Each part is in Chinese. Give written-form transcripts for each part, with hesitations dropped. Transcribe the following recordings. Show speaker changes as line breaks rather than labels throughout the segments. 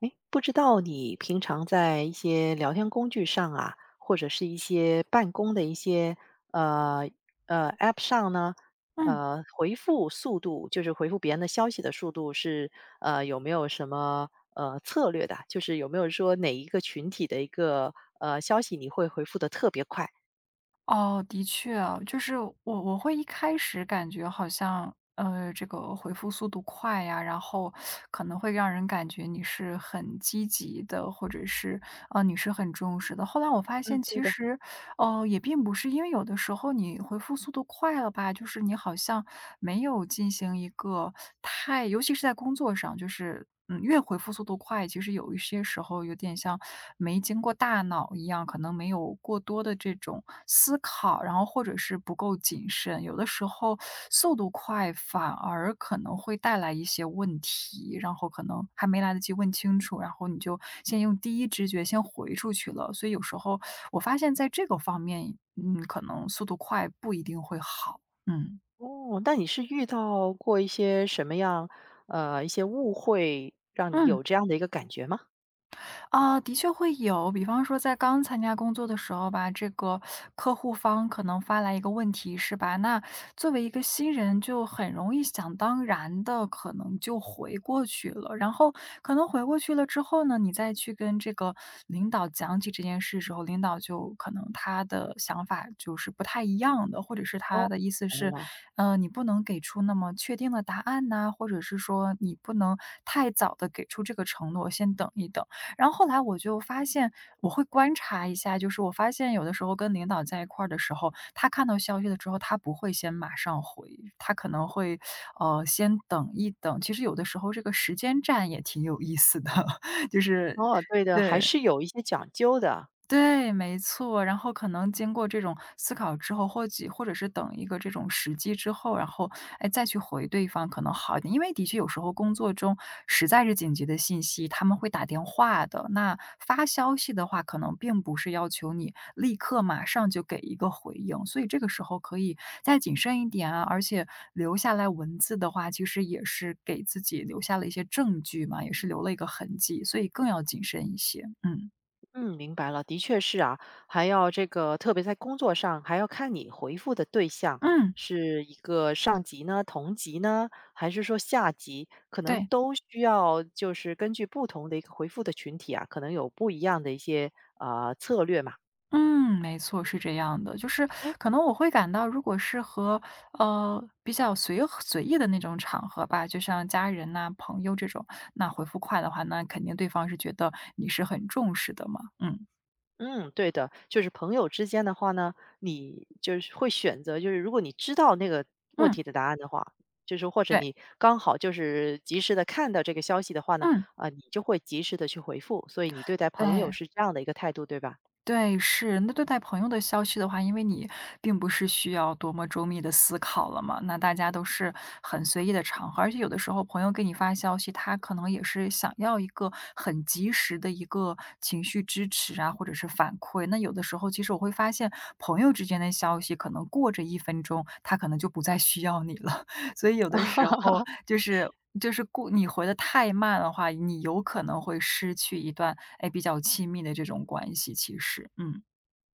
哎，不知道你平常在一些聊天工具上啊，或者是一些办公的一些呃App 上呢，
嗯。
回复速度，就是回复别人的消息的速度是有没有什么策略的？就是有没有说哪一个群体的一个消息你会回复的特别快？
哦，的确啊，就是我会一开始感觉好像，这个回复速度快呀，然后可能会让人感觉你是很积极的，或者是，你是很重视的。后来我发
嗯，
现
对
其
的。
实哦，也并不是。因为有的时候你回复速度快了吧，就是你好像没有进行一个太尤其是在工作上，就是越回复速度快，其实有一些时候有点像没经过大脑一样，可能没有过多的这种思考，然后或者是不够谨慎。有的时候速度快反而可能会带来一些问题，然后可能还没来得及问清楚，然后你就先用第一直觉先回出去了。所以有时候我发现在这个方面，嗯，可能速度快不一定会好。嗯。
哦，那你是遇到过一些什么样一些误会，让你
嗯。
有这样的一个感觉吗？
啊，的确会有。比方说在刚参加工作的时候吧，这个客户方可能发来一个问题，是吧？那作为一个新人，就很容易想当然的，可能就回过去了。然后可能回过去了之后呢，你再去跟这个领导讲起这件事之后，领导就可能他的想法就是不太一样的，或者是
哦，
他的意思
来
是，
了。
你不能给出那么确定的答案呐、或者是说你不能太早的给出这个承诺，先等一等。然后后来我就发现，我会观察一下，就是我发现有的时候跟领导在一块儿的时候，他看到消息了之后，他不会先马上回，他可能会先等一等。其实有的时候这个时间站也挺有意思的，就是
哦，对的，还
对。
是有一些讲究的。
对，没错。然后可能经过这种思考之后，或者是等一个这种时机之后，然后哎再去回对方可能好一点。因为的确有时候工作中实在是紧急的信息，他们会打电话的。那发消息的话，可能并不是要求你立刻马上就给一个回应，所以这个时候可以再谨慎一点啊。而且留下来文字的话，其实也是给自己留下了一些证据嘛，也是留了一个痕迹，所以更要谨慎一些。嗯。
嗯，明白了，的确是啊，还要这个，特别在工作上，还要看你回复的对象
嗯，
是一个上级呢、同级呢，还是说下级，可能
对。
都需要就是根据不同的一个回复的群体啊，可能有不一样的一些啊、策略嘛。
嗯，没错，是这样的。就是
哎，
可能我会感到，如果是和比较随和随意的那种场合吧，就像家人呐、朋友这种，那回复快的话，那肯定对方是觉得你是很重视的嘛。嗯。
嗯，对的，就是朋友之间的话呢，你就是会选择，就是如果你知道那个问
嗯，
题的答案的话，就是或者
对。
你刚好就是及时的看到这个消息的话呢，
嗯
啊、你就会及时的去回复，所以你对待朋友
对。
是这样的一个态度，对吧？
对，是。那对待朋友的消息的话，因为你并不是需要多么周密的思考了嘛，那大家都是很随意的场合。而且有的时候朋友给你发消息，他可能也是想要一个很及时的一个情绪支持啊，或者是反馈。那有的时候，其实我会发现朋友之间的消息，可能过着1分钟，他可能就不再需要你了。所以有的时候就是故你回的太慢的话，你有可能会失去一段，哎，比较亲密的这种关系，其实。嗯。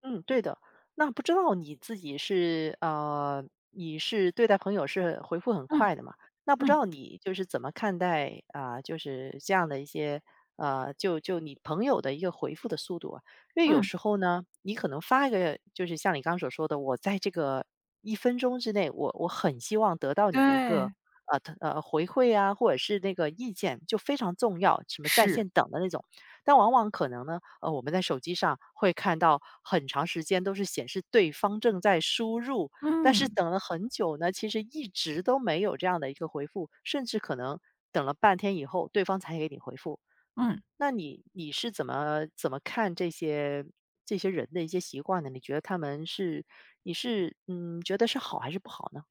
嗯，对的。那不知道你自己是你是对待朋友是回复很
嗯。
快的嘛？那不知
嗯。
道你就是怎么看待啊、就是这样的一些就你朋友的一个回复的速度啊？因为有
嗯，
时候呢，你可能发一个，就是像你刚刚所说的，我在这个1分钟之内，我很希望得到你的一个
对，
回馈啊，或者是那个意见，就非常重要，什么在
是。
线等的那种。但往往可能呢，我们在手机上会看到很长时间都是显示对方正在输入，但是
嗯。
等了很久呢，其实一直都没有这样的一个回复，甚至可能等了半天以后，对方才给你回复。
嗯。
那你是怎么看这些这些人的一些习惯呢？你觉得他们是你是觉得是好还是不好呢？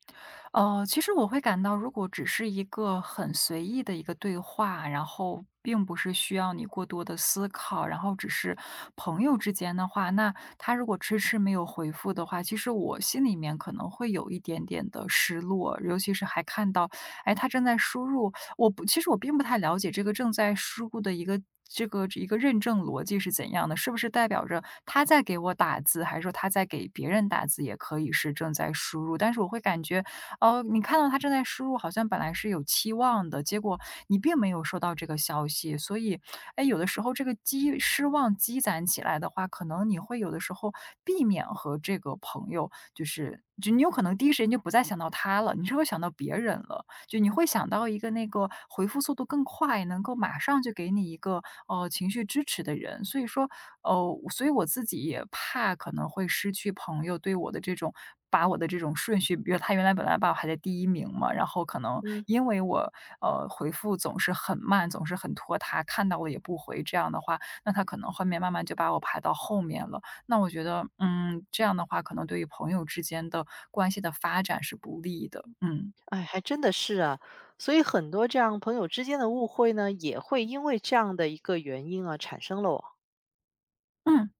其实我会感到，如果只是一个很随意的一个对话，然后并不是需要你过多的思考，然后只是朋友之间的话，那他如果迟迟没有回复的话，其实我心里面可能会有一点点的失落。尤其是还看到，哎，他正在输入，我不，其实我并不太了解这个正在输入的一个。这个一个认证逻辑是怎样的？是不是代表着他在给我打字，还是说他在给别人打字也可以是正在输入？但是我会感觉哦，你看到他正在输入，好像本来是有期望的，结果你并没有收到这个消息。所以，哎，有的时候这个失望积攒起来的话，可能你会有的时候避免和这个朋友，就是你有可能第一时间就不再想到他了，你是会想到别人了，就你会想到一个那个回复速度更快，能够马上就给你一个情绪支持的人。所以说哦，所以我自己也怕可能会失去朋友对我的这种把我的这种顺序。比如他原来本来把我排在第一名嘛，然后可能
嗯，
因为我，回复总是很慢，总是很拖沓，看到了也不回这样的话，那他可能后面慢慢就把我排到后面了。那我觉得，嗯，这样的话可能对于朋友之间的关系的发展是不利的。嗯。
哎，还真的是啊，所以很多这样朋友之间的误会呢，也会因为这样的一个原因啊，产生了。
嗯。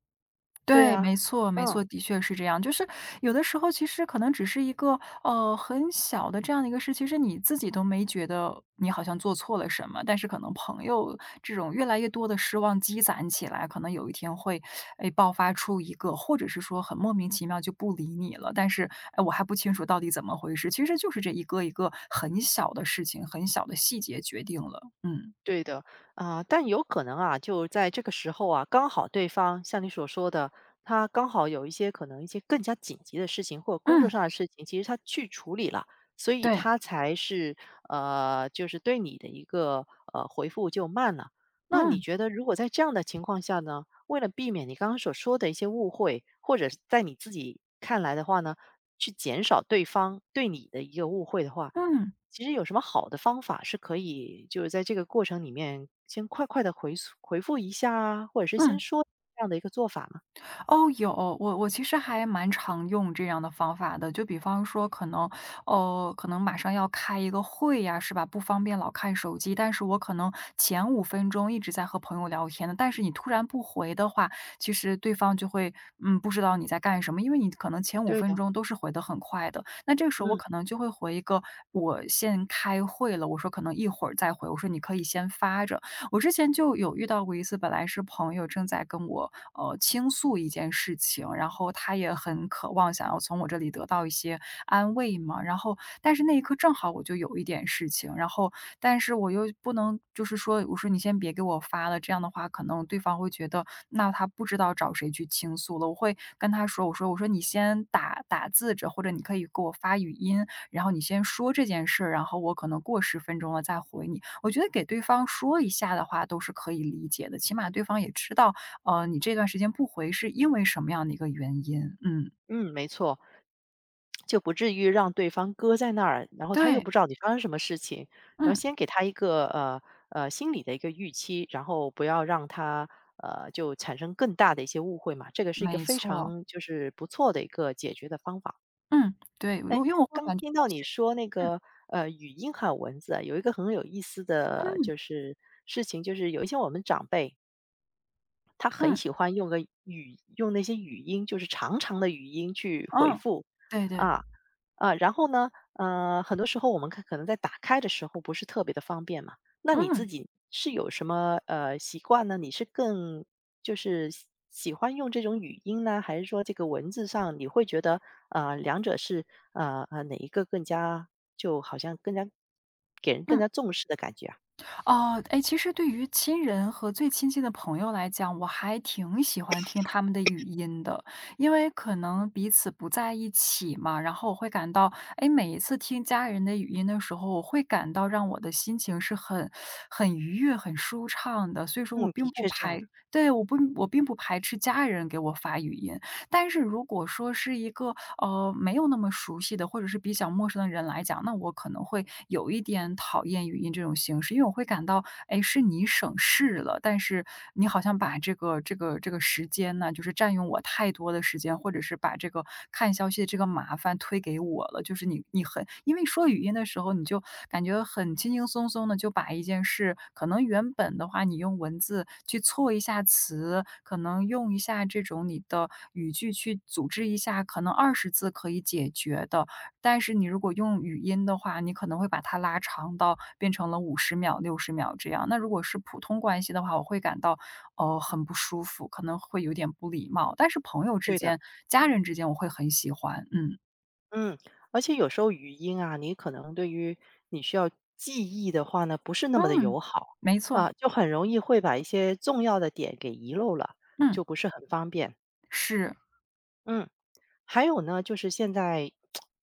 对
对，
啊，
没错没错，
嗯。
的确是这样。就是有的时候其实可能只是一个，很小的这样的一个事，其实你自己都没觉得你好像做错了什么，但是可能朋友这种越来越多的失望积攒起来，可能有一天会，哎，爆发出一个或者是说很莫名其妙就不理你了。但是，哎，我还不清楚到底怎么回事。其实就是这一个一个很小的事情，很小的细节决定了。嗯。
对的，啊，但有可能啊，就在这个时候啊，刚好对方像你所说的，他刚好有一些可能一些更加紧急的事情，或者工作
嗯。
上的事情，其实他去处理了，所以
对。
他才是就是对你的一个回复就慢了。那你
嗯。
觉得，如果在这样的情况下呢，为了避免你刚刚所说的一些误会，或者是在你自己看来的话呢，去减少对方对你的一个误会的话，
嗯。
其实有什么好的方法是可以就是在这个过程里面先快快的回溯回复一下啊，或者是先
嗯。
说这样的一个做法吗？
哦，有。我其实还蛮常用这样的方法的，就比方说可能，可能马上要开一个会呀，是吧？不方便老看手机，但是我可能前五分钟一直在和朋友聊天的，但是你突然不回的话，其实对方就会，嗯，不知道你在干什么。因为你可能前五
对
分
的，
钟都是回的很快的，那这个时候我
嗯，
可能就会回一个，我先开会了。我说可能一会儿再回，我说你可以先发着。我之前就有遇到过一次，本来是朋友正在跟我倾诉一件事情，然后他也很渴望想要从我这里得到一些安慰嘛。然后但是那一刻正好我就有一点事情。然后但是我又不能就是说，我说你先别给我发了，这样的话可能对方会觉得那他不知道找谁去倾诉了。我会跟他说，我说你先打打字着，或者你可以给我发语音，然后你先说这件事儿，然后我可能过10分钟了再回你。我觉得给对方说一下的话都是可以理解的，起码对方也知道，你这段时间不回是因为什么样的一个原因。嗯。
嗯，没错，就不至于让对方搁在那儿，然后他又
对。
不知道你发生什么事情，然后
嗯，
先给他一个心理的一个预期，然后不要让他就产生更大的一些误会嘛，这个是一个
没
非
错。
常就是不错的一个解决的方法。
嗯，对。因为我会
刚
感觉
听
到
到你
现。
说那
嗯。
个语音还有文字啊，有一个很有意思的
嗯。
就是事情，就是有一些我们长辈，他很
嗯。
喜欢用个语用那些语音，就是长长的语音去回
嗯。
复，
对对。
啊，啊，然后呢，很多时候我们可能在打开的时候不是特别的方便嘛，那
嗯。
你自
嗯。
己是有什么习惯呢？你是更就是喜欢用这种语音呢，还是说这个文字上你会觉得两者是哪一个更加就好像更加给人更加重视的感觉啊？
哦，哎，其实对于亲人和最亲近的朋友来讲，我还挺喜欢听他们的语音的，因为可能彼此不在一起嘛。然后我会感到，哎，每一次听家人的语音的时候，我会感到让我的心情是很愉悦、很舒畅的。所以说我
嗯，的
并不
确是这样的，
排，对，我并不排斥家人给我发语音。但是如果说是一个，没有那么熟悉的，或者是比较陌生的人来讲，那我可能会有一点讨厌语音这种形式，因为我会感到，哎，是你省事了，但是你好像把这个时间呢，就是占用我太多的时间，或者是把这个看看消息的这个麻烦推给我了。就是你很因为说语音的时候，你就感觉很轻轻松松的就把一件事可能原本的话，你用文字去错一下词，可能用一下这种你的语句去组织一下，可能20字可以解决的。但是你如果用语音的话，你可能会把它拉长到变成了50秒、60秒这样。那如果是普通关系的话，我会感到哦，很不舒服，可能会有点不礼貌。但是朋友之
对的。
间、家人之间，我会很喜欢，嗯。
嗯，而且有时候语音啊，你可能对于你需要记忆的话呢，不是那么的
嗯，
友好
没错，
啊，就很容易会把一些重要的点给遗漏了，
嗯，
就不是很方便。
是，
嗯。还有呢，就是现在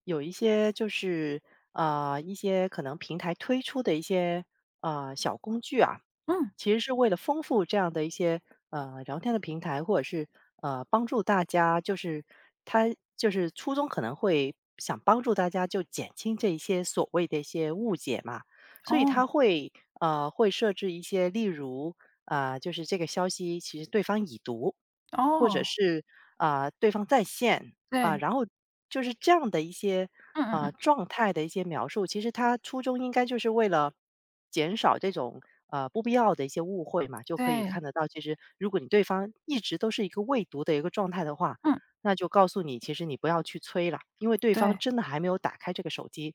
有一些就是啊、一些可能平台推出的一些啊、小工具啊，
嗯，
其实是为了丰富这样的一些聊天的平台，或者是帮助大家，就是它就是初衷可能会想帮助大家就减轻这一些所谓的一些误解嘛，所以它
哦，
会会设置一些，例如啊、就是这个消息其实对方已读，或者
哦，
是啊、对方在线。啊，
对，
然后就是这样的一些
嗯嗯
啊
嗯，
状态的一些描述，其实它初衷应该就是为了减少这种不必要的一些误会嘛，就可以
对，
看得到，其实如果你对方一直都是一个未读的一个状态的话，
嗯，
那就告诉你，其实你不要去催了，因为对方
对，
真的还没有打开这个手机。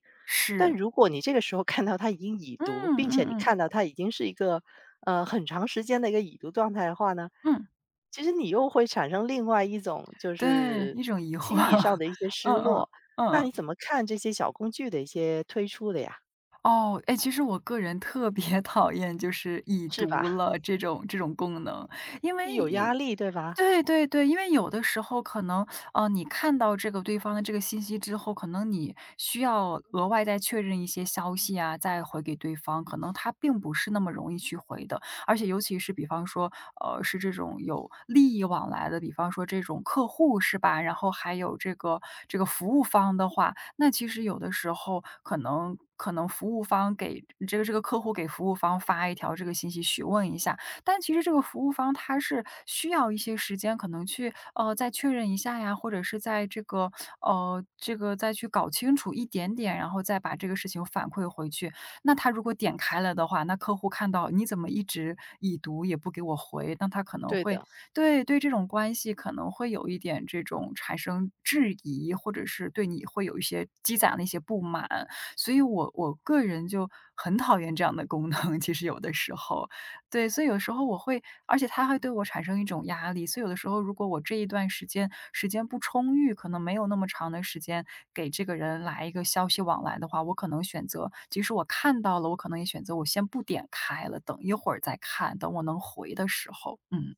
但
是，
如果你这个时候看到他已经已
嗯
读，并且
嗯
你
嗯
看到他已经是一个很长时间的一个已读状态的话呢，
嗯，
其实你又会产生另外一种就
对，
是
一种疑惑，
心理上 的一些失
嗯嗯
落，
嗯
那
嗯。
你怎么看这些小工具的一些推出的呀？
哦，哎，其实我个人特别 讨厌就是已
是吧？
读了这种功能，因为
有压力，对吧？
对对对，因为有的时候可能，你看到这个对方的这个信息之后，可能你需要额外再确认一些消息啊，再回给对方，可能他并不是那么容易去回的。而且尤其是比方说，是这种有利益往来的，比方说这种客户是吧？然后还有这个服务方的话，那其实有的时候可能。可能服务方给这个客户给服务方发一条这个信息询问一下，但其实这个服务方他是需要一些时间，可能去再确认一下呀，或者是在这个再去搞清楚一点点，然后再把这个事情反馈回去。那他如果点开了的话，那客户看到你怎么一直已读也不给我回，那他可能
对
会
的。
对这种关系可能会有一点这种产生质疑，或者是对你会有一些积攒的一些不满。所以我个人就很讨厌这样的功能，其实有的时候。对，所以有时候我会而且他会对我产生一种压力，所以有的时候如果我这一段时间不充裕，可能没有那么长的时间给这个人来一个消息往来的话，我可能选择即使我看到了，我可能也选择我先不点开了，等一会儿再看，等我能回的时候。嗯，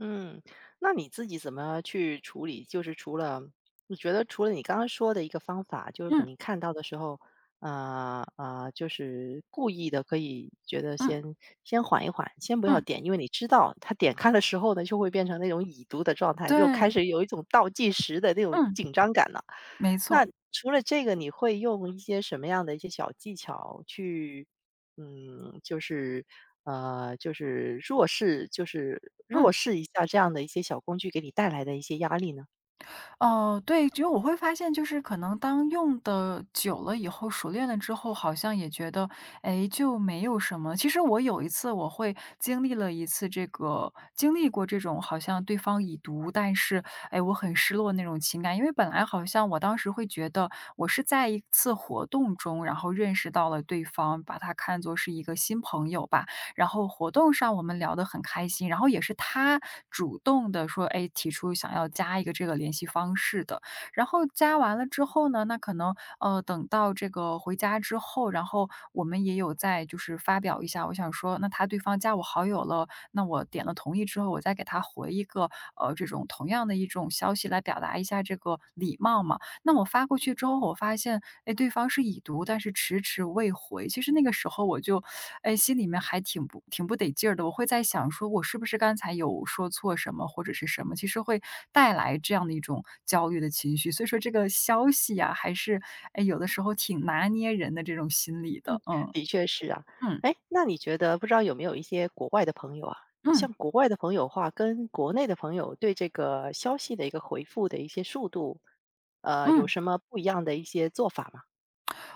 嗯，那你自己怎么去处理？就是除了你觉得除了你刚刚说的一个方法，就是可
嗯，
能看到的时候，就是故意的，可以觉得
嗯，
先先缓一缓，先不要
嗯，
点，因为你知道他点开的时候呢，就会变成那种已读的状态，又开
对，
始有一种倒计时的那种
嗯，
紧张感了。
没错，
那除了这个，你会用一些什么样的一些小技巧去嗯，就是，就是弱势就是弱
嗯。
势一下这样的一些小工具给你带来的一些压力呢？
哦，对，就我会发现，就是可能当用的久了以后，熟练了之后，好像也觉得，哎，就没有什么。其实我有一次，我会经历了一次这个，经历过这种好像对方已读，但是，哎，我很失落那种情感。因为本来好像我当时会觉得，我是在一次活动中，然后认识到了对方，把他看作是一个新朋友吧。然后活动上我们聊得很开心，然后也是他主动的说，哎，提出想要加一个这个联系方式的。然后加完了之后呢，那可能，等到这个回家之后，然后我们也有在就是发表一下，我想说，那他对方加我好友了，那我点了同意之后，我再给他回一个，这种同样的一种消息来表达一下这个礼貌嘛。那我发过去之后，我发现，哎，对方是已读，但是迟迟未回。其实那个时候我就，哎，心里面还挺不得劲儿的。我会在想，说我是不是刚才有说错什么，或者是什么？其实会带来这样的一种焦虑的情绪。所以说，这个消息呀、还是哎，有的时候挺拿捏人的这种心理的。嗯
的确是啊。
嗯
哎，那你觉得不知道有没有一些国外的朋友啊，
嗯
像国外的朋友的话，跟国内的朋友对这个消息的一个回复的一些速度，有
嗯。
什么不一样的一些做法吗？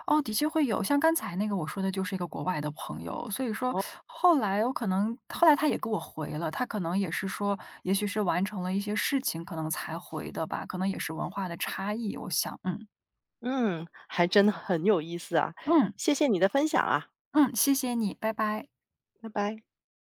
哦，的确会有，像刚才那个我说的就是一个国外的朋友，所以说
哦。
后来我可能后来他也给我回了，他可能也是说，也许是完成了一些事情，可能才回的吧，可能也是文化的差异，我想，嗯
嗯，还真的很有意思啊，
嗯
谢谢你的分享啊，
嗯，谢谢你，拜拜。
拜拜。